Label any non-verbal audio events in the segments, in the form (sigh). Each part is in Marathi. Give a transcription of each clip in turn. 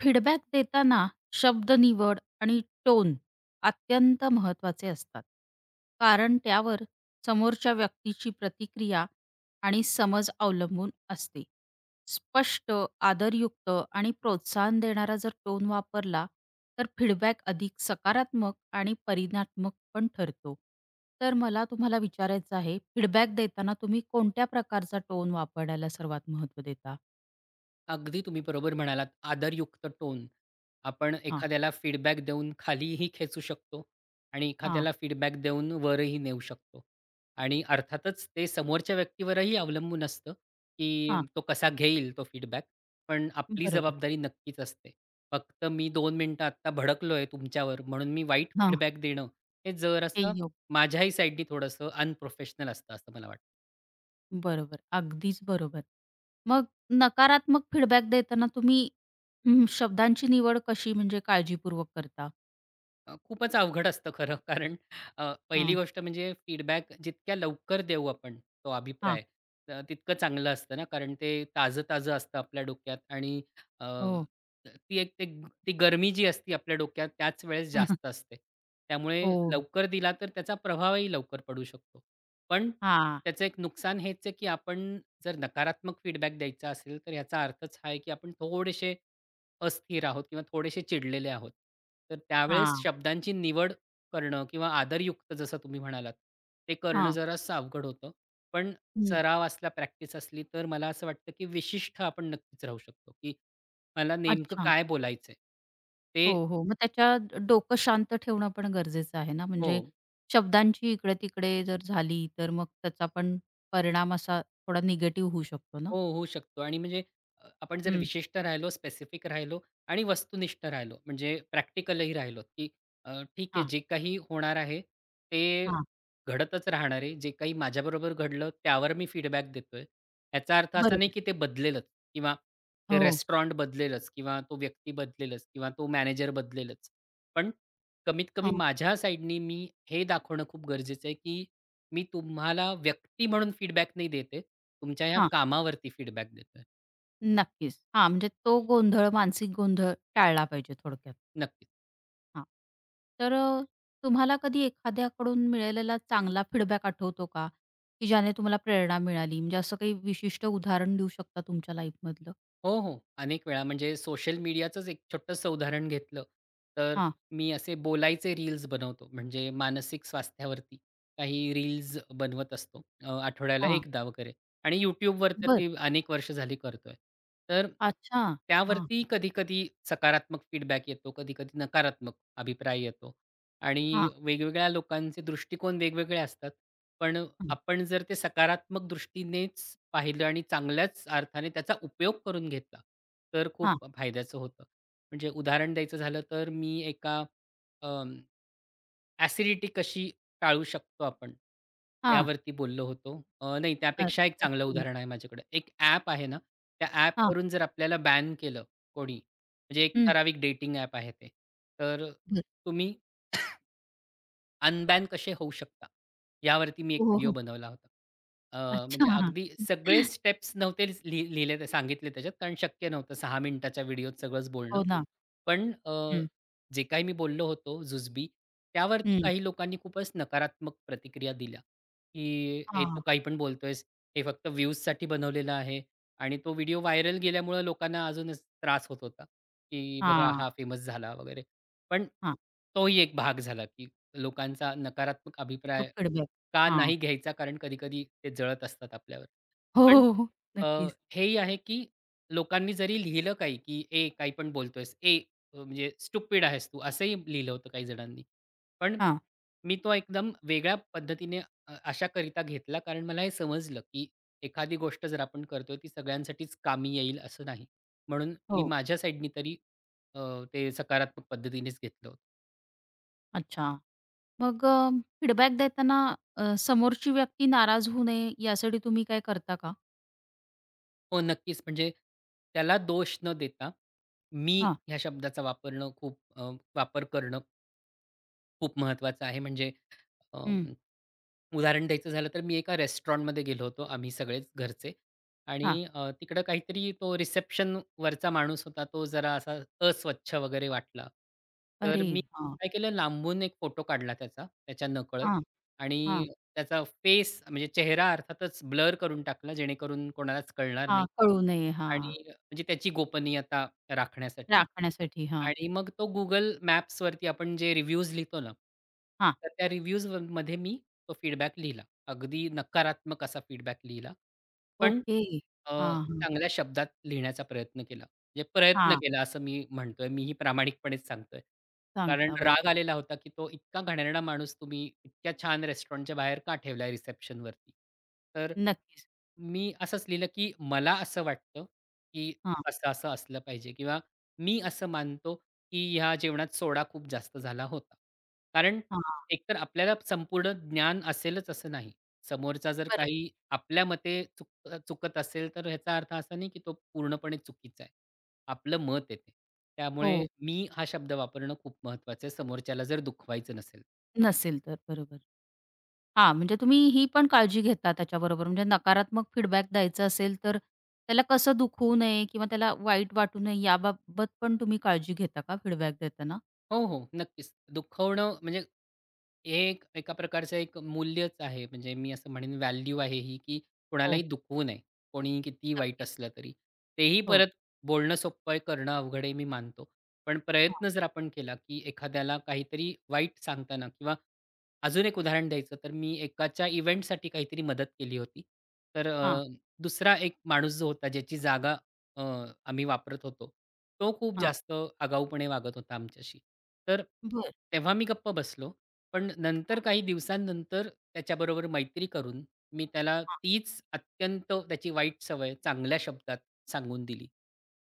फीडबॅक देताना शब्द निवड आणि टोन अत्यंत महत्त्वाचे असतात, कारण त्यावर समोरच्या व्यक्तीची प्रतिक्रिया आणि समज अवलंबून असते. स्पष्ट, आदरयुक्त आणि प्रोत्साहन देणारा जर टोन वापरला, तर फीडबॅक अधिक सकारात्मक आणि परिणात्मक पण ठरतो. तर मला तुम्हाला विचारायचं आहे, फीडबॅक देताना तुम्ही कोणत्या प्रकारचा टोन वापरायला सर्वात महत्त्व देता? अगदी तुम्ही बरोबर म्हणालात. आदरयुक्त टोन. आपण हां. एखाद्याला फीडबॅक देऊन खालीही खेचू शकतो आणि हां. एखाद्याला फीडबॅक देऊन वरही नेऊ शकतो. आणि अर्थातच ते समोरच्या व्यक्तीवरही अवलंबून असतं, की हां. तो कसा घेईल तो फीडबॅक. पण आपली बरोबर. जबाबदारी नक्कीच असते. फक्त मी 2 मिनिटं आत्ता भडकलोय तुमच्यावर म्हणून मी वाईट फीडबॅक देणं हे ते जरासं योग. माझ्याही साइडनी थोडंसं अनप्रोफेशनल असतं असं मला वाटतं. बरोबर. अगदीच बरोबर. मग नकारात्मक फीडबॅक देताना तुम्ही शब्दांची निवड कशी, म्हणजे काळजीपूर्वक करता? खूपच अवघड असतं खरं (laughs) कारण पहिली हां. गोष्ट म्हणजे फीडबॅक जितक्या लवकर देऊ आपण तो हां. अभिप्राय तितकं चांगलं असतं ना कारण ते ताजं ताजं असतं आपल्या डोक्यात आणि अ, हो. ती एक ते ती गरमी जी असती आपल्या डोक्यात त्याच वेळेस जास्त (laughs) असते. त्यामुळे हो. लवकर दिला तर त्याचा प्रभावही लवकर पडू शकतो. पण हां, त्याचं एक नुकसान हेच आहे की आपण जर नकारात्मक फीडबॅक द्यायचा असेल तर ह्याचा अर्थच हा आहे की आपण थोडेसे अस्थिर आहोत किंवा थोडेसे चिडलेले आहोत. तर त्यावेळेस हां, शब्दांची निवड करणं किंवा आदरयुक्त जसं तुम्ही म्हणालात, ते करणं हां. जरा अवघड होतं. पण हं. सराव असला, प्रॅक्टिस असली तर मला असं वाटतं, की विशिष्ट आपण नक्कीच राहू शकतो, की मला नेमकं अच्छा. काय बोलायचंय? ते हो, हो. मग त्याच्या डोकं शांत ठेवणं पण गरजेचं आहे ना, हो. म्हणजे शब्दांची इकडे-तिकडे जर झाली, तर मग त्याचा पण परिणाम असा थोडा निगेटिव्ह होऊ शकतो ना? हो, होऊ शकतो आणि म्हणजे आपण जर हं. विशिष्ट राहिलो, स्पेसिफिक राहिलो आणि वस्तुनिष्ठ राहिलो, म्हणजे प्रॅक्टिकलही राहिलो, की ठीक आहे, हां, जे काही होणार आहे, ते हां. घडतच राहणार आहे. जे काही माझ्याबरोबर घडलं, त्यावर मी फीडबॅक देतोय. याचा अर्थ असा नाही, बरोबर. की ते बदलेलच किंवा ते हो. रेस्टॉरंट बदलेलच किंवा तो व्यक्ती बदलेलच किंवा तो मॅनेजर बदलेलच. पण कमीत कमी माझ्या साइडनी मी हे दाखवणं खूप गरजेचं आहे, की मी तुम्हाला व्यक्ती म्हणून फीडबॅक नाही देत आहे. तुमच्या ह्या हां. कामावरती फीडबॅक देतोय. नक्कीच. हा, म्हणजे तो गोंधळ, मानसिक गोंधळ टाळला पाहिजे थोडक्यात. नक्कीच. हां. तर तुम्हाला कधी एखाद्याकडून मिळालेला चांगला फीडबॅक आठवतो का? की ज्याने तुम्हाला प्रेरणा मिळाली? म्हणजे असं काही विशिष्ट उदाहरण देऊ शकता तुमच्या लाईफमधलं? हो, हो. अनेक वेळा म्हणजे सोशल मीडियाचंच एक छोटंसं उदाहरण घेतलं, तर हां. मी असे बोलायचे रील्स बनवतो. म्हणजे मानसिक स्वास्थ्यावरती काही रील्स बनवत असतो. आठवड्याला हा. एकदा वगैरे आणि YouTubeवर तर बरं. ते अनेक वर्ष झाली करतोय. तर अच्छा. हां, त्यावरती कधी-कधी सकारात्मक फीडबॅक येतो, कधी-कधी नकारात्मक अभिप्राय येतो. आणि हां. वेगवेगळ्या लोकांचे दृष्टिकोन वेगवेगळे असतात. पण हं. आपण जर ते सकारात्मक दृष्टीनेच पाहिलं आणि चांगल्याच अर्थाने त्याचा उपयोग करून घेतला, तर हां, खूप फायद्याचं होतं. म्हणजे उदाहरण द्यायचं झालं तर मी एका अं, ॲसिडिटी कशी टाळू शकतो आपण, हां. यावरती बोललो होतो. नाही अ, त्यापेक्षा एक चांगलं ओके. उदाहरण आहे माझ्याकडे. एक ॲप आहे ना, त्या हां. ॲपवरून जर आपल्याला बॅन केलं कोणी, म्हणजे एक हं. ठराविक डेटिंग ॲप आहे ते. तर बरं. तुम्ही अनबॅन कसे होऊ शकता? यावरती मी एक हो, हो, व्हिडिओ हो. बनवला होता. अच्छा. म्हणजे हां. अगदी सगळे स्टेप्स नव्हते लिहिले ते सांगितले त्याच्यात कारण शक्य नव्हतं 6 मिनिटाच्या व्हिडिओत सगळंच बोलणं. हो ना. पण हं. जे काही मी बोललो होतो जुजबी, त्यावरती हं. काही लोकांनी खूपच नकारात्मक प्रतिक्रिया दिल्या, की "हे तू हां, काही पण बोलतोयस. हे फक्त व्ह्यूजसाठी बनवलेलं आहे." आणि तो व्हिडिओ व्हायरल गेल्यामुळं लोकांना अजूनच त्रास होत होता, की "बघा हां, हा फेमस झाला" वगैरे. पण हां. तोही एक भाग झाला, की लोकांचा नकारात्मक अभिप्राय फीडबॅक. का हां. नाही घ्यायचा? कारण कधी-कधी ते जळत असतात आपल्यावर. हो, पण हो, हो. अ, नक्कीच. हेही आहे, की लोकांनी जरी लिहिलं काही, की "ए, काही पण बोलतोयस. ए, म्हणजे स्टुपिड आहेस तू." असंही लिहिलं होतं काही जणांनी. पण हां. मी तो एकदम वेगळ्या पद्धतीने अशाकरिता घेतला, कारण मला हे समजलं, की एखादी गोष्ट जर आपण करतोय, ती सगळ्यांसाठीच कामी येईल असं नाही. म्हणून मी हो. माझ्या साईडनी तरी अ, ते सकारात्मक पद्धतीनेच घेतलं होतं. अच्छा. मग फीडबॅक देताना, समोरची व्यक्ती नाराज होऊ नये यासाठी तुम्ही काय करता का? हो, नक्कीच. म्हणजे त्याला दोष न देता, "मी" हां. ह्या शब्दाचा वापरणं खूप वापर करणं खूप महत्त्वाचं आहे. म्हणजे अ, हं. उदाहरण द्यायचं झालं तर मी एका रेस्टॉरंटमध्ये गेलो होतो आम्ही सगळेच घरचे आणि हां. तिकडं काहीतरी तो रिसेप्शन वरचा माणूस होता, तो जरा असा अस्वच्छ वगैरे वाटला. तर अरे! मी हां. काय केलं, लांबून एक फोटो काढला त्याचा, त्याच्या नकळत हां, हां, आणि त्याचा फेस म्हणजे चेहरा अर्थातच ब्लर करून टाकला, जेणेकरून कोणालाच कळणार हां. नाही. कळू नये. हां. आणि म्हणजे त्याची गोपनीयता राखण्यासाठी. राखण्यासाठी. हां, आणि मग तो Google मॅप्सवरती आपण जे रिव्ह्यूज लिहितो ना, हां. तर त्या रिव्ह्यूजमध्ये मी तो फीडबॅक लिहिला. अगदी नकारात्मक असा फीडबॅक लिहिला. पण ओके. अ, हां, हां. चांगल्या शब्दात लिहिण्याचा प्रयत्न केला. म्हणजे प्रयत्न हां. केला असं मी म्हणतोय. मीही प्रामाणिकपणेच सांगतोय. कारण सांगता बरोबर. राग आलेला होता, की तो इतका घाणेरडा माणूस तुम्ही इतक्या छान रेस्टॉरंटच्या बाहेर का ठेवलाय रिसेप्शनवरती? तर नक्कीच. मी असंच लिहिलं, की मला असं वाटतं, की हां, असं-असं असलं पाहिजे किंवा मी असं मानतो, की ह्या जेवणात सोडा खूप जास्त झाला होता. कारण हां. एकतर आपल्याला संपूर्ण ज्ञान असेलच असं नाही. समोरचा जर बरोबर. काही आपल्या मते चुकत असेल, तर ह्याचा अर्थ असा नाही, की तो पूर्णपणे चुकीचा आहे. आपलं मत आहे ते. त्यामुळे हो. मी हा शब्द वापरणं खूप महत्त्वाचं आहे, समोरच्याला जर दुखवायचं नसेल. नसेल तर बरोबर. हां, म्हणजे तुम्ही ही पण काळजी घेता त्याच्याबरोबर. म्हणजे नकारात्मक फीडबॅक द्यायचा असेल, तर त्याला कसं दुखवू नये किंवा त्याला वाईट वाटू नये याबाबत पण तुम्ही काळजी घेता का फीडबॅक देताना? हो, हो, नक्कीच. दुखवणं म्हणजे हे एक एका प्रकारचं एक मूल्यच आहे. म्हणजे मी असं म्हणेन व्हॅल्यू आहे ही, की कोणालाही हो, दुखवू नये. कोणीही कितीही वाईट नक्कीच. असलं तरी. तेही हो. परत बोलणं सोपं आहे, करणं अवघड आहे, मी मानतो. पण हां, प्रयत्न जर आपण केला, की एखाद्याला काहीतरी वाईट सांगताना किंवा अजून एक उदाहरण द्यायचं तर मी एकाच्या इव्हेंटसाठी काहीतरी मदत केली होती. तर हां, दुसरा एक माणूस जो होता ज्याची जागा अ, आम्ही वापरत होतो, तो खूप हां. जास्त आगाऊपणे वागत होता आमच्याशी. तर बरं. तेव्हा मी गप्प बसलो. पण नंतर हां, काही दिवसांनंतर त्याच्याबरोबर मैत्री करून मी त्याला हां. तीच अत्यंत त्याची वाईट सवय चांगल्या शब्दात सांगून दिली.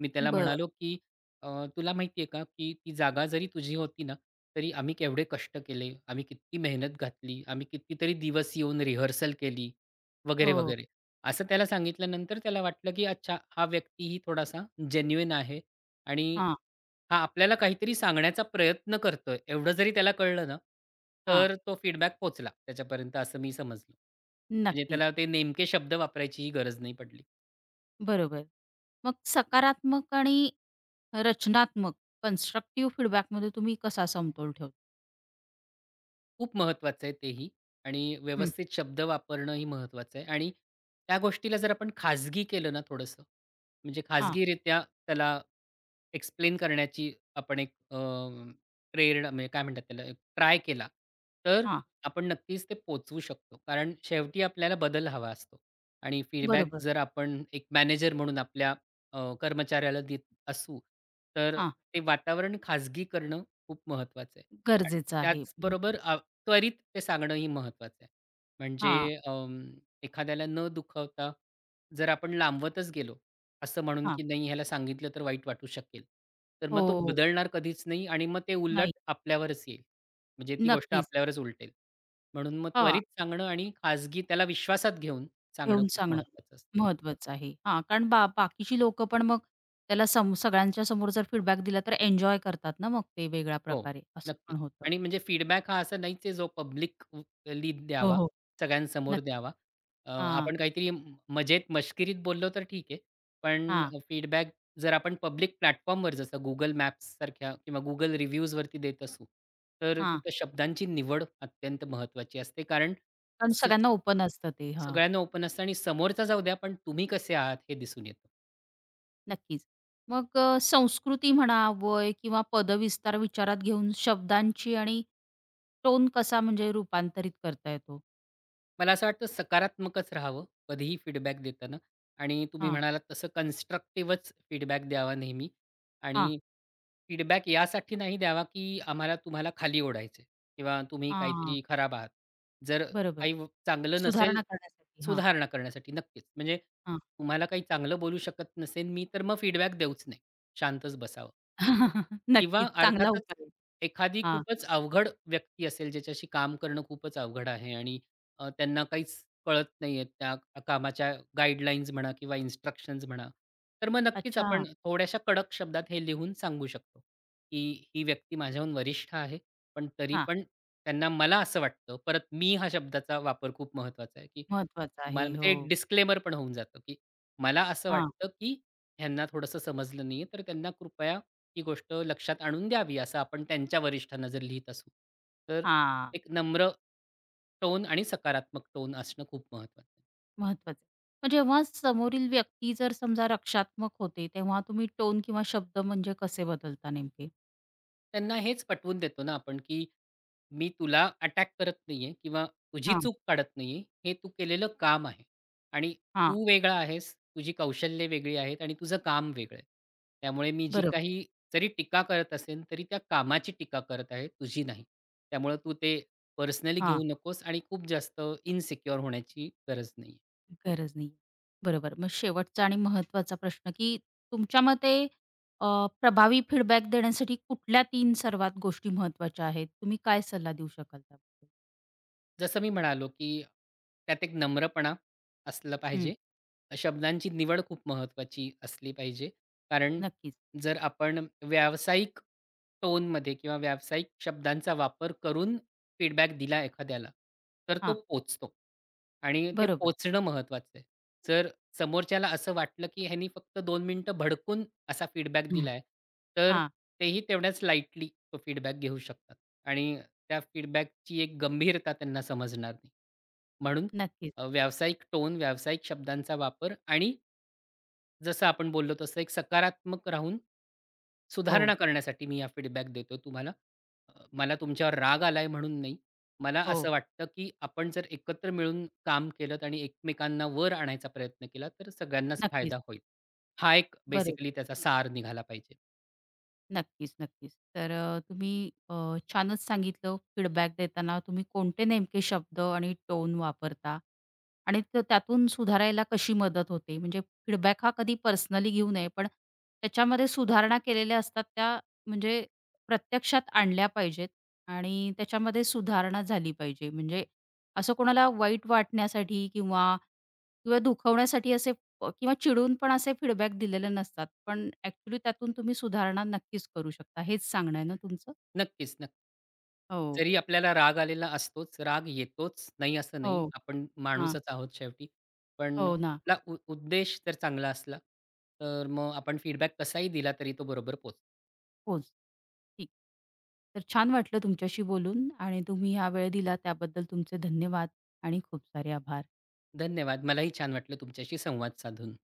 मी त्याला बरं. म्हणालो, की तुला माहिती आहे का, की ती जागा जरी तुझी होती ना, तरी आम्ही केवढे कष्ट केले, आम्ही किती मेहनत घातली, आम्ही कितीतरी दिवस येऊन रिहर्सल केली वगैरे, हो. वगैरे. असं त्याला सांगितल्यानंतर त्याला वाटलं, की अच्छा हा व्यक्तीही थोडासा जेन्युइन आहे आणि हां, हा आपल्याला काहीतरी सांगण्याचा प्रयत्न करतोय, एवढं जरी त्याला कळलं ना, हां. तर तो फीडबॅक पोहोचला त्याच्यापर्यंत असं मी समजलं. म्हणजे नक्कीच. त्याला ते नेमके शब्द वापरायचीही गरज नाही पडली. बरोबर. मग सकारात्मक आणि रचनात्मक, कन्स्ट्रक्टिव्ह फीडबॅकमध्ये तुम्ही कसा समतोल ठेवता? खूप महत्वाचं आहे तेही आणि हं. व्यवस्थित शब्द वापरणंही महत्वाचं आहे आणि त्या गोष्टीला जर आपण खाजगी केलं ना थोडंसं, म्हणजे हां, खाजगीरित्या त्याला एक्सप्लेन करण्याची आपण एक प्रेरणा म्हणजे काय म्हणतात त्याला, एक ट्राय केला, तर हां. आपण नक्कीच ते पोहचवू शकतो. कारण शेवटी आपल्याला बदल हवा असतो आणि फीडबॅक बरोबर. जर आपण एक मॅनेजर म्हणून आपल्या कर्मचाऱ्याला देत असू, तर हां, ते वातावरण खाजगी करणं खूप महत्वाचं आहे. गरजेचं आहे. त्याचबरोबर त्वरित ते सांगणंही महत्त्वाचं आहे. म्हणजे हां, अं, एखाद्याला न दुखवता जर आपण लांबवतच गेलो, असं म्हणून हां. की नाही ह्याला सांगितलं तर वाईट वाटू शकेल. तर मग तो हो. बदलणार कधीच नाही आणि मग ते उलट नाही. आपल्यावरच येईल. म्हणजे ती गोष्ट नक्कीच. आपल्यावरच उलटेल. म्हणून मग हां, त्वरित सांगणं आणि खाजगी त्याला विश्वासात घेऊन सांगणं येऊन खूप सांगणं महत्त्वाचं असतं. महत्वाचं आहे. हां, कारण बाकीची लोकं पण मग त्याला सगळ्यांच्या समोर जर फीडबॅक दिला तर एन्जॉय करतात ना, मग ते वेगळ्या हो, प्रकारे असं नक्कीच. पण होतं. आणि म्हणजे फीडबॅक हा असा नाहीच आहे जो पब्लिकली हो, द्यावा, हो. सगळ्यांसमोर नक्कीच. द्यावा. हां, आपण काहीतरी मजेत मश्किरीत बोललो तर ठीक आहे. हा, पण फीडबॅक जर आपण पब्लिक प्लॅटफॉर्मवर जसं Google मॅप्ससारख्या किंवा Google रिव्ह्यूजवरती देत असू, तर हा, तिथं शब्दांची निवड अत्यंत महत्त्वाची असते. कारण कारण स सगळ्यांना ओपन असतं ते. हा, सगळ्यांना ओपन असतं आणि समोरचा जाऊ द्या, पण तुम्ही कसे आहात हे दिसून येतं. नक्कीच. मग संस्कृती म्हणा, वय किंवा पदविस्तार विचारात घेऊन शब्दांची आणि टोन कसा, म्हणजे रूपांतरित करता येतो? मला असं वाटतं सकारात्मकच राहावं कधीही फीडबॅक देताना आणि तुम्ही हां, म्हणालात तसं कन्स्ट्रक्टिव्हच फीडबॅक द्यावा नेहमी हां, आणि फीडबॅक यासाठी नाही द्यावा, की आम्हाला तुम्हाला खाली ओढायचंय किंवा तुम्ही हां, काहीतरी खराब आहात. जर बरोबर. काही व चांगलं नसेल, सुधारणा करण्यासाठी. हां, सुधारणा करण्यासाठी नक्कीच. म्हणजे तुम्हाला काही चांगलं बोलू शकत नसेन मी, तर मग फीडबॅक देऊच नाही. शांतच बसावं. (laughs) किंवा नक्कीच चांगला अर्थातच उपाय आहे. एखादी हां. खूपच अवघड व्यक्ती असेल, ज्याच्याशी काम करणं खूपच अवघड आहे आणि त्यांना काहीच कळत नाहीये त्या कामाच्या गाईडलाईन्स म्हणा किंवा इन्स्ट्रक्शन्स म्हणा. तर मग नक्कीच अच्छा. आपण थोड्याशा कडक शब्दात हे लिहून सांगू शकतो, की ही व्यक्ती माझ्याहून वरिष्ठ आहे, पण तरी हां. पण त्यांना मला असं वाटतं. परत मी हा शब्दाचा वापर खूप महत्त्वाचा आहे, की महत्वाचं मला आहे. म्हणजे हो. एक डिस्क्लेमर पण होऊन जातं, की मला असं हां, वाटतं, की ह्यांना थोडंसं समजलं नाहीये, तर त्यांना कृपया ही गोष्ट लक्षात आणून द्यावी, असं आपण त्यांच्या वरिष्ठांना जर लिहीत असू. तर हां. एक नम्र टोन आणि सकारात्मक टोन असणं खूप महत्त्वाचं आहे. महत्वाचं आहे. मग जेव्हा समोरील व्यक्ती जर समजा रक्षात्मक होते, तेव्हा तुम्ही टोन किंवा शब्द, म्हणजे कसे बदलता नेमके? त्यांना हेच पटवून देतो ना आपण, की मी तुला अटॅक करत नाहीये किंवा तुझी हां, चूक काढत नाहीये. हे तू केलेलं काम आहे आणि हां. तू वेगळा आहेस, तुझी कौशल्ये वेगळी आहेत आणि तुझं काम वेगळं आहे. त्यामुळे मी जी बरोबर. काही जरी टीका करत असेन, तरी त्या कामाची टीका करत आहे, तुझी नाही. त्यामुळं तू ते पर्सनली हां. घेऊ नकोस आणि खूप जास्त इन्सिक्युअर होण्याची गरज नाहीये. गरज नाही. बरोबर. मग शेवटचा आणि महत्वाचा प्रश्न, की तुमच्या मते अ, प्रभावी फीडबॅक देण्यासाठी कुठल्या 3 सर्वात गोष्टी महत्वाच्या आहेत? तुम्ही काय सल्ला देऊ शकाल त्याबद्दल? जसं मी म्हणालो, की त्यात एक नम्रपणा असलं हं. पाहिजे. शब्दांची निवड खूप महत्त्वाची असली पाहिजे. कारण नक्कीच. जर आपण व्यावसायिक टोनमध्ये किंवा व्यावसायिक शब्दांचा वापर करून फीडबॅक दिला एखाद्याला, तर तो हां. पोचतो आणि ते बरोबर. पोचणं महत्त्वाचं आहे. जर समोरच्याला असं वाटलं, की ह्यानी फक्त 2 मिनिटं भडकून असा फीडबॅक दिलाय, तर हां, तेही तेवढ्याच लाईटली तो फीडबॅक घेऊ शकतात. आणि त्या फीडबॅकची एक गंभीरता त्यांना समजणार नाही. म्हणून नक्कीच. व्यावसायिक टोन, व्यावसायिक शब्दांचा वापर आणि जसं आपण बोललो तसं एक सकारात्मक राहून हो, सुधारणा करण्यासाठी मी हा फीडबॅक देतो तुम्हाला. मला तुमच्यावर राग आलाय म्हणून नाही. मला असं हो. वाटतं, की आपण जर एकत्र मिळून काम केलत आणि एकमेकांना वर आणायचा प्रयत्न केला, तर सगळ्यांनाच नक्कीच. फायदा होईल. हा एक बरोबर. बेसिकली त्याचा सार निघाला पाहिजे. नक्कीच, नक्कीच. तर तुम्ही छानच सांगितलं, फीडबॅक देताना तुम्ही कोणते नेमके शब्द आणि टोन वापरता आणि त्यातून सुधारायला कशी मदत होते. म्हणजे फीडबॅक हा कधी पर्सनली घेऊ नये, पण त्याच्यामध्ये सुधारणा केलेल्या असतात त्या, म्हणजे प्रत्यक्षात आणल्या पाहिजेत आणि त्याच्यामध्ये सुधारणा झाली पाहिजे. म्हणजे असं कोणाला वाईट वाटण्यासाठी किंवा किंवा दुखवण्यासाठी असे किंवा चिडून पण असे फीडबॅक दिलेले नसतात. पण ॲक्चुअली त्यातून तुम्ही सुधारणा नक्कीच करू शकता. हेच सांगणं आहे ना तुमचं? नक्कीच, नक्की. हो. जरी आपल्याला राग आलेला असतोच, राग येतोच, नाही असं नाही. हो. आपण हां. माणूसच आहोत शेवटी. पण हो ना. आपला उद्देश जर चांगला असला, तर मग आपण फीडबॅक कसाही दिला तरी तो बरोबर पोहोचतो. होच. ठीक. तर छान वाटलं तुमच्याशी बोलून आणि तुम्ही हा वेळ दिला त्याबद्दल तुमचे धन्यवाद आणि खूप सारे आभार. धन्यवाद. मलाही छान वाटलं तुमच्याशी संवाद साधून.